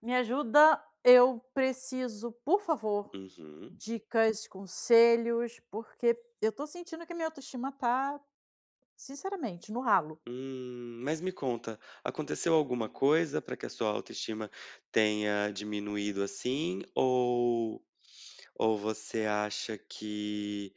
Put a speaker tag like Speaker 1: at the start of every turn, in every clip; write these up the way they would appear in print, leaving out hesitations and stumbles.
Speaker 1: Me ajuda, eu preciso, por favor,
Speaker 2: Uhum.
Speaker 1: dicas, conselhos, porque eu tô sentindo que minha autoestima tá, sinceramente, no ralo.
Speaker 2: Mas me conta, aconteceu alguma coisa para que a sua autoestima tenha diminuído assim? Ou você acha que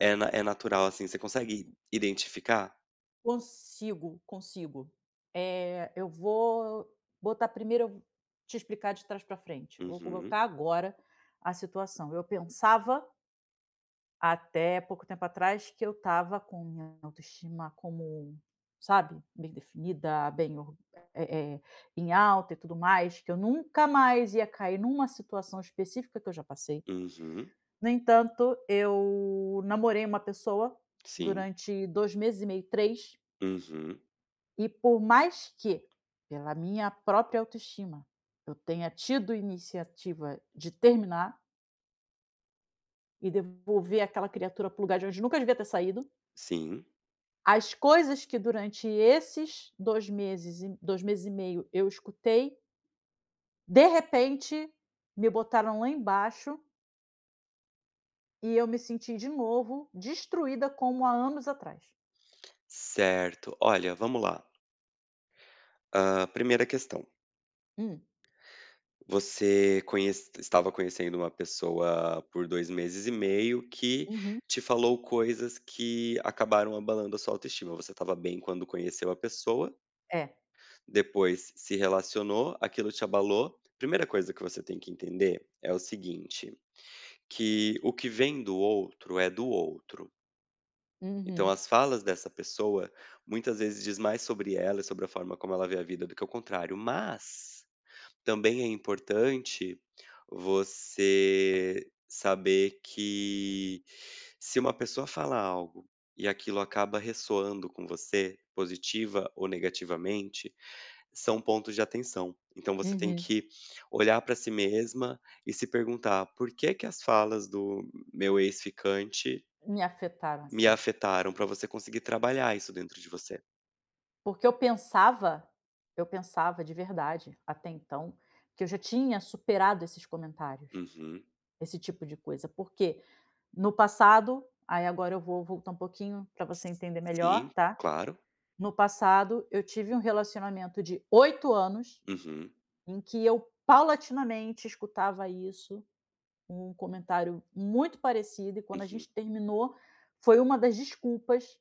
Speaker 2: é natural assim? Você consegue identificar?
Speaker 1: Consigo, consigo. Eu vou botar primeiro eu te explicar de trás para frente, vou
Speaker 2: Uhum,
Speaker 1: colocar agora a situação. Eu pensava até pouco tempo atrás que eu estava com minha autoestima como, sabe, bem definida, bem eh eh, em alta e tudo mais, que eu nunca mais ia cair numa situação específica que eu já passei.
Speaker 2: uhum,
Speaker 1: No entanto, eu namorei uma pessoa
Speaker 2: sim,
Speaker 1: durante 2 meses e meio, três,
Speaker 2: uhum,
Speaker 1: e por mais que, pela minha própria autoestima, eu tenha tido iniciativa de terminar e devolver aquela criatura para o lugar de onde nunca devia ter saído.
Speaker 2: sim.
Speaker 1: As coisas que durante esses 2 meses e 2 meses e meio eu escutei, de repente me botaram lá embaixo e eu me senti de novo destruída como há anos atrás.
Speaker 2: Certo. Olha, vamos lá. Ah, primeira questão.
Speaker 1: Hum.
Speaker 2: Você conhece estava conhecendo uma pessoa por 2 meses e meio que
Speaker 1: Uhum.
Speaker 2: te falou coisas que acabaram abalando a sua autoestima. Você estava bem quando conheceu a pessoa,
Speaker 1: É.
Speaker 2: depois se relacionou, aquilo te abalou. Primeira coisa que você tem que entender é o seguinte, que o que vem do outro é do outro. Então
Speaker 1: Uhum.
Speaker 2: as falas dessa pessoa muitas vezes diz mais sobre ela e sobre a forma como ela vê a vida do que o contrário, mas também é importante você saber que se uma pessoa fala algo e aquilo acaba ressoando com você, positiva ou negativamente, são pontos de atenção. Então você tem
Speaker 1: Uhum.
Speaker 2: que olhar para si mesma e se perguntar por que que as falas do meu ex-ficante
Speaker 1: Me afetaram,
Speaker 2: me
Speaker 1: assim.
Speaker 2: afetaram, para você conseguir trabalhar isso dentro de você.
Speaker 1: Porque eu pensava, de verdade, até então, que eu já tinha superado esses comentários,
Speaker 2: Uhum.
Speaker 1: esse tipo de coisa, porque no passado, aí agora eu vou voltar um pouquinho para você entender
Speaker 2: Sim,
Speaker 1: melhor, tá?
Speaker 2: claro.
Speaker 1: No passado, eu tive um relacionamento de 8 anos,
Speaker 2: Uhum,
Speaker 1: em que eu paulatinamente escutava isso, um comentário muito parecido, e quando a
Speaker 2: uhum.
Speaker 1: gente terminou, foi uma das desculpas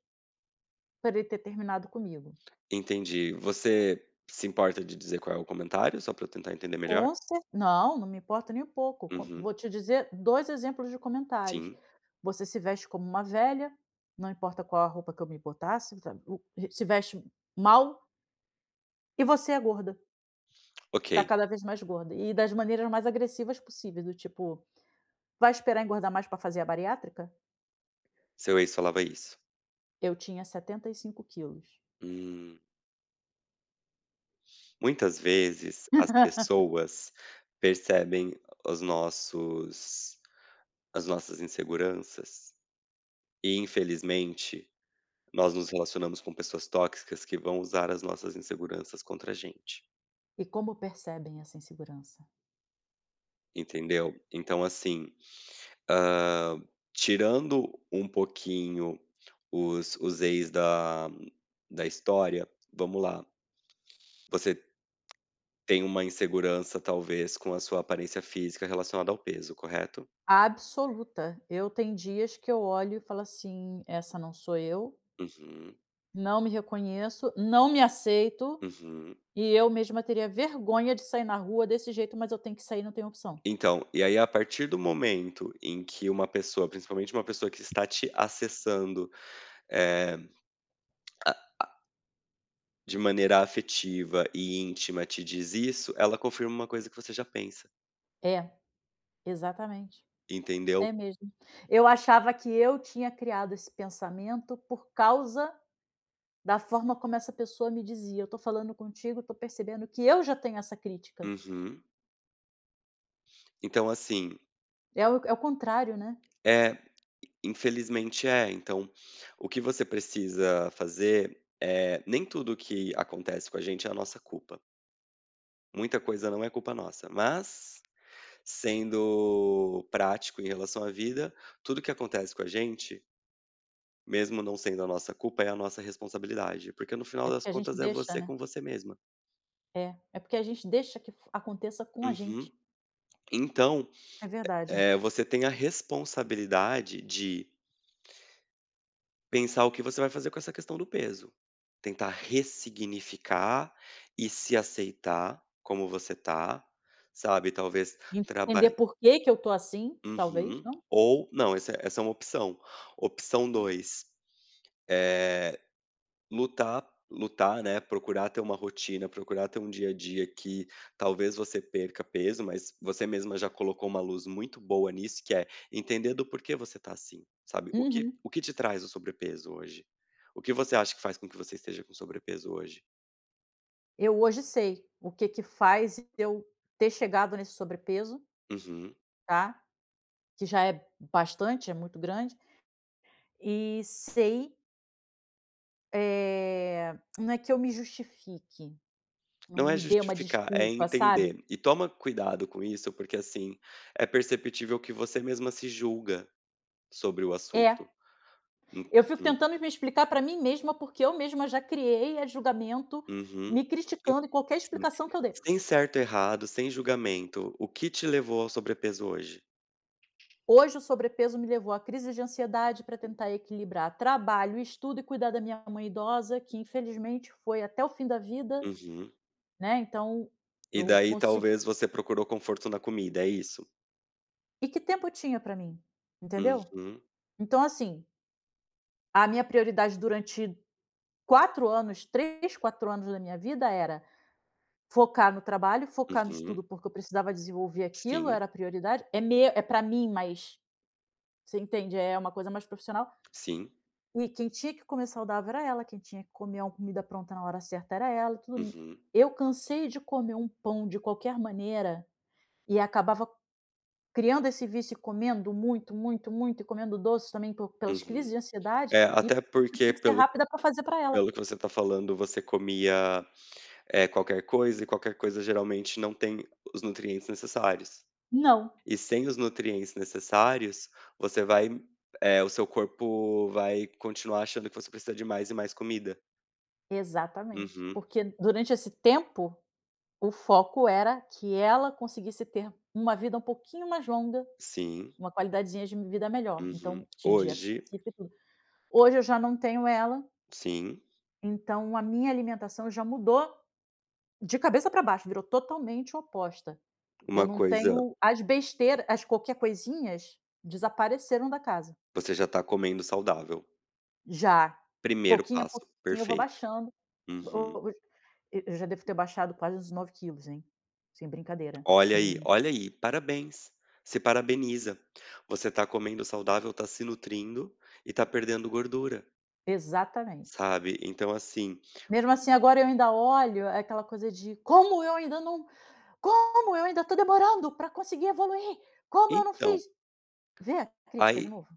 Speaker 1: para ele ter terminado comigo.
Speaker 2: Entendi. Você se importa de dizer qual é o comentário, só pra eu tentar entender melhor?
Speaker 1: Com cer não, não me importa nem um pouco, com
Speaker 2: Uhum,
Speaker 1: vou te dizer 2 exemplos de comentários:
Speaker 2: sim.
Speaker 1: "Você se veste como uma velha, não importa qual a roupa que eu me botasse, tá o se veste mal, e você é gorda,
Speaker 2: Ok,
Speaker 1: tá cada vez mais gorda", e das maneiras mais agressivas possíveis, do tipo: vai esperar engordar mais para fazer a bariátrica?
Speaker 2: seu ex falava isso.
Speaker 1: Eu tinha 75 quilos.
Speaker 2: Hum. Muitas vezes as pessoas percebem os nossos as nossas inseguranças e, infelizmente, nós nos relacionamos com pessoas tóxicas que vão usar as nossas inseguranças contra a gente,
Speaker 1: E como percebem essa insegurança?
Speaker 2: entendeu? Então, assim, Hã, tirando um pouquinho os ex da história, vamos lá, você tem uma insegurança, talvez, com a sua aparência física relacionada ao peso, correto?
Speaker 1: Absoluta. Eu tenho dias que eu olho e falo assim: essa não sou eu,
Speaker 2: Uhum,
Speaker 1: não me reconheço, não me aceito,
Speaker 2: uhum.
Speaker 1: e eu mesma teria vergonha de sair na rua desse jeito, mas eu tenho que sair, não tenho opção.
Speaker 2: Então, e aí a partir do momento em que uma pessoa, principalmente uma pessoa que está te acessando, eh, a de maneira afetiva e íntima te diz isso, ela confirma uma coisa que você já pensa,
Speaker 1: É, exatamente.
Speaker 2: entendeu?
Speaker 1: É mesmo. Eu achava que eu tinha criado esse pensamento por causa da forma como essa pessoa me dizia: "Eu tô falando contigo, tô percebendo que eu já tenho essa crítica".
Speaker 2: Uhum. Então assim,
Speaker 1: É o contrário, né.
Speaker 2: é infelizmente é. Então, o que você precisa fazer é nem tudo que acontece com a gente é a nossa culpa. Muita coisa não é culpa nossa, mas sendo prático em relação à vida, tudo que acontece com a gente, mesmo não sendo a nossa culpa, é a nossa responsabilidade, porque no final
Speaker 1: É
Speaker 2: das
Speaker 1: porque a gente
Speaker 2: contas é
Speaker 1: deixa,
Speaker 2: você
Speaker 1: né.
Speaker 2: com você mesma.
Speaker 1: É porque a gente deixa que f aconteça com a
Speaker 2: Uhum.
Speaker 1: gente.
Speaker 2: Então,
Speaker 1: É verdade.
Speaker 2: você tem a responsabilidade de pensar o que você vai fazer com essa questão do peso. Tentar ressignificar e se aceitar como você tá, sabe, talvez
Speaker 1: Entender
Speaker 2: trabalha
Speaker 1: por que que eu tô assim, talvez,
Speaker 2: uhum.
Speaker 1: não?
Speaker 2: Ou não, essa é uma opção. Opção dois, eh, lutar, né, procurar ter uma rotina, procurar ter um dia a dia que talvez você perca peso, mas você mesma já colocou uma luz muito boa nisso, que é entender do porquê você tá assim, sabe. O que
Speaker 1: Uhum.
Speaker 2: o que te traz o sobrepeso hoje? O que você acha que faz com que você esteja com sobrepeso hoje?
Speaker 1: Eu hoje sei o que que faz eu ter chegado nesse sobrepeso,
Speaker 2: Uhum.
Speaker 1: tá, que já é bastante, é muito grande, e sei. Não é que eu me justifique,
Speaker 2: Não
Speaker 1: não
Speaker 2: é
Speaker 1: me dê uma
Speaker 2: justificar, é
Speaker 1: desculpa, sabe.
Speaker 2: entender. E toma cuidado com isso, porque, assim, é perceptível que você mesma se julga sobre o
Speaker 1: É,
Speaker 2: assunto.
Speaker 1: eu fico
Speaker 2: Uhum,
Speaker 1: tentando me explicar para mim mesma, porque eu mesma já criei a julgamento,
Speaker 2: uhum.
Speaker 1: me criticando em qualquer
Speaker 2: Sim.
Speaker 1: explicação que eu dê.
Speaker 2: Sem certo ou errado, sem julgamento, o que te levou ao sobrepeso hoje?
Speaker 1: Hoje o sobrepeso me levou à crise de ansiedade para tentar equilibrar trabalho, estudo e cuidar da minha mãe idosa, que infelizmente foi até o fim da vida,
Speaker 2: Uhum.
Speaker 1: né, então
Speaker 2: E
Speaker 1: eu
Speaker 2: daí
Speaker 1: consigo,
Speaker 2: talvez você procurou conforto na comida, é isso?
Speaker 1: e que tempo eu tinha para mim, entendeu.
Speaker 2: Uhum,
Speaker 1: Então assim, a minha prioridade durante 4 anos, 3, 4 anos da minha vida era focar no trabalho, focar no
Speaker 2: uhum.
Speaker 1: estudo, porque eu precisava desenvolver aquilo,
Speaker 2: Sim,
Speaker 1: era a prioridade. É, meu, é para mim, mas você entende, é uma coisa mais profissional.
Speaker 2: sim.
Speaker 1: E quem tinha que comer saudável era ela, quem tinha que comer uma comida pronta na hora certa era ela, tudo.
Speaker 2: Uhum,
Speaker 1: Eu cansei de comer um pão de qualquer maneira e acabava criando esse vício e comendo muito, muito, muito, e comendo doces também pelas
Speaker 2: uhum.
Speaker 1: crises de ansiedade
Speaker 2: É,
Speaker 1: e
Speaker 2: até
Speaker 1: porque eu tinha
Speaker 2: porque
Speaker 1: que ser
Speaker 2: pelo
Speaker 1: rápida para fazer para ela.
Speaker 2: pelo que você tá falando, você comia, qualquer coisa e qualquer coisa geralmente não tem os nutrientes necessários.
Speaker 1: Não,
Speaker 2: E sem os nutrientes necessários, você o seu corpo vai continuar achando que você precisa de mais e mais comida.
Speaker 1: exatamente,
Speaker 2: Uhum.
Speaker 1: porque durante esse tempo, o foco era que ela conseguisse ter uma vida um pouquinho mais longa,
Speaker 2: Sim,
Speaker 1: uma qualidadezinha de vida melhor,
Speaker 2: uhum.
Speaker 1: então tinha dieta
Speaker 2: Hoje,
Speaker 1: específica e tudo. Hoje eu já não tenho ela,
Speaker 2: sim,
Speaker 1: então a minha alimentação já mudou de cabeça para baixo, virou totalmente oposta. Eu
Speaker 2: uma
Speaker 1: não
Speaker 2: coisa
Speaker 1: tenho as besteiras, as qualquer coisinhas desapareceram da casa.
Speaker 2: você já tá comendo saudável.
Speaker 1: Já,
Speaker 2: Primeiro
Speaker 1: pouquinho a
Speaker 2: passo,
Speaker 1: pouquinho eu vou
Speaker 2: perfeito.
Speaker 1: baixando.
Speaker 2: Uhum.
Speaker 1: E eu já devo ter baixado quase uns 9 quilos, hein, sem brincadeira. Em
Speaker 2: Olha aí, parabéns. Se parabeniza. Você tá comendo saudável, tá se nutrindo e tá perdendo gordura,
Speaker 1: exatamente.
Speaker 2: sabe? Então, assim,
Speaker 1: Mesmo assim, agora eu ainda olho é aquela coisa de: "Como eu ainda não Como eu ainda estou demorando para conseguir evoluir? Como eu não
Speaker 2: então,
Speaker 1: fiz?" Vê a crítica de
Speaker 2: aí,
Speaker 1: novo?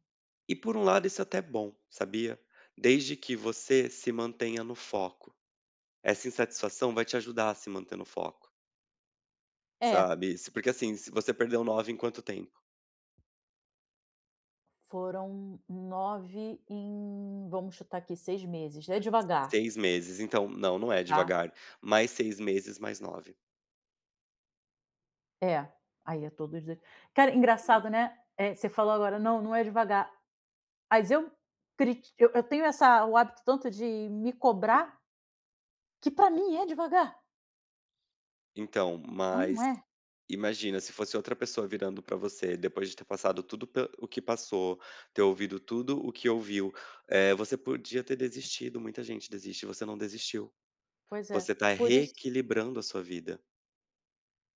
Speaker 2: e por um lado isso é até bom, sabia? Desde que você se mantenha no foco. Essa insatisfação vai te ajudar a se manter no foco,
Speaker 1: É,
Speaker 2: sabe? Se- Porque assim, se você perdeu nove em quanto tempo?
Speaker 1: foram 9 em, vamos chutar aqui, 6 meses, é devagar,
Speaker 2: 6 meses, então não, não é
Speaker 1: tá.
Speaker 2: devagar, mais 6 meses, mais nove.
Speaker 1: É, aí é todo dia. Cara,
Speaker 2: Uhum.
Speaker 1: engraçado, né, você falou agora: "Não, não é devagar", mas eu criti eu tenho essa o hábito tanto de me cobrar. Que pra mim é devagar,
Speaker 2: Então,
Speaker 1: mas não
Speaker 2: mas
Speaker 1: é.
Speaker 2: imagina se fosse outra pessoa virando pra você depois de ter passado tudo pe o que passou, ter ouvido tudo o que ouviu, você podia ter desistido, muita gente desiste, você não desistiu,
Speaker 1: Pois é,
Speaker 2: você tá
Speaker 1: por isso
Speaker 2: reequilibrando a sua vida.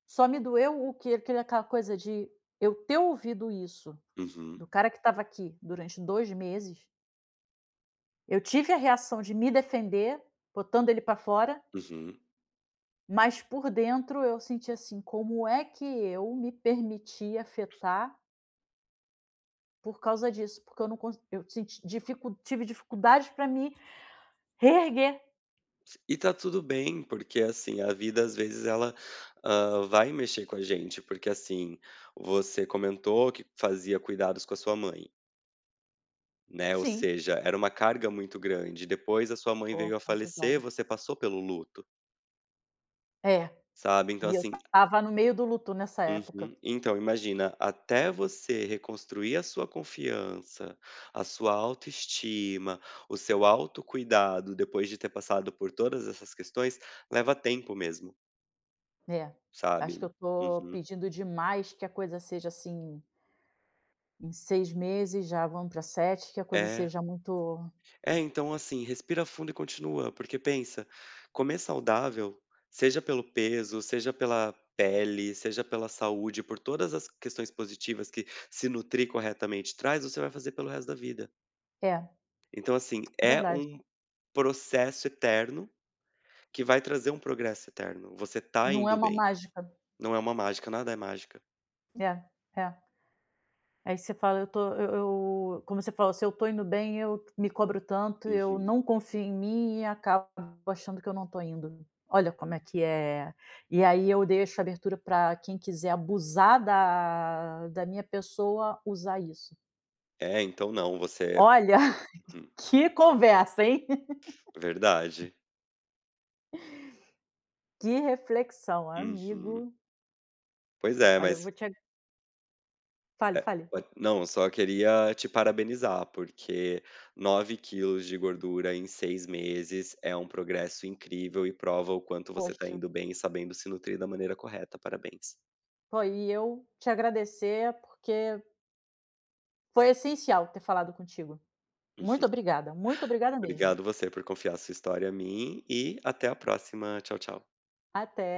Speaker 1: só me doeu o que aquele aquela coisa de eu ter ouvido isso
Speaker 2: Uhum,
Speaker 1: do cara que estava aqui durante 2 meses. Eu tive a reação de me defender, botando ele pra fora,
Speaker 2: uhum.
Speaker 1: mas por dentro eu senti assim: "Como é que eu me permiti afetar por causa disso?" Porque eu não cons eu senti dificul tive dificuldades para me reerguer.
Speaker 2: E tá tudo bem, porque assim, a vida às vezes ela, vai mexer com a gente, porque assim, você comentou que fazia cuidados com a sua mãe. Né, ou
Speaker 1: Sim.
Speaker 2: seja, era uma carga muito grande. Depois a sua mãe
Speaker 1: Pô,
Speaker 2: veio a
Speaker 1: foi pesado.
Speaker 2: falecer, você passou pelo luto,
Speaker 1: É,
Speaker 2: sabe. Então
Speaker 1: e eu
Speaker 2: assim,
Speaker 1: estava no meio do luto nessa época.
Speaker 2: uhum. Então imagina, até você reconstruir a sua confiança, a sua autoestima, o seu autocuidado depois de ter passado por todas essas questões, leva tempo mesmo,
Speaker 1: É, acho
Speaker 2: sabe.
Speaker 1: que eu tô
Speaker 2: Uhum.
Speaker 1: pedindo demais que a coisa seja assim, em 6 meses já vamos para 7, que a coisa
Speaker 2: É.
Speaker 1: seja muito.
Speaker 2: É, então assim, respira fundo e continua, porque pensa, comer saudável, seja pelo peso, seja pela pele, seja pela saúde, por todas as questões positivas que se nutrir corretamente traz, você vai fazer pelo resto da vida.
Speaker 1: É,
Speaker 2: Então assim,
Speaker 1: é
Speaker 2: é
Speaker 1: verdade,
Speaker 2: um processo eterno que vai trazer um progresso eterno. Você tá
Speaker 1: não é
Speaker 2: indo
Speaker 1: uma
Speaker 2: bem,
Speaker 1: mágica.
Speaker 2: não é uma mágica, nada é mágica.
Speaker 1: É, é. Aí você fala: "Eu tô eu" como você falou: "Se eu tô indo bem, eu me cobro tanto, eu
Speaker 2: Uhum.
Speaker 1: não confio em mim e acabo achando que eu não tô indo". Olha como é que é. E aí eu deixo abertura para quem quiser abusar da minha pessoa usar isso.
Speaker 2: É, então não. você
Speaker 1: Olha,
Speaker 2: Hum.
Speaker 1: que conversa, hein?
Speaker 2: Verdade.
Speaker 1: Que reflexão,
Speaker 2: Uhum.
Speaker 1: amigo.
Speaker 2: Pois é.
Speaker 1: Olha, eu vou te ag fale, fale.
Speaker 2: Pode não, só queria te parabenizar, porque 9 quilos de gordura em 6 meses é um progresso incrível e prova o quanto você está
Speaker 1: Poxa,
Speaker 2: indo bem e sabendo se nutrir da maneira correta. Parabéns.
Speaker 1: pô, e eu te agradecer porque foi essencial ter falado contigo. Muito obrigada mesmo.
Speaker 2: Obrigado você por confiar sua história a mim e até a próxima. Tchau, tchau.
Speaker 1: Até.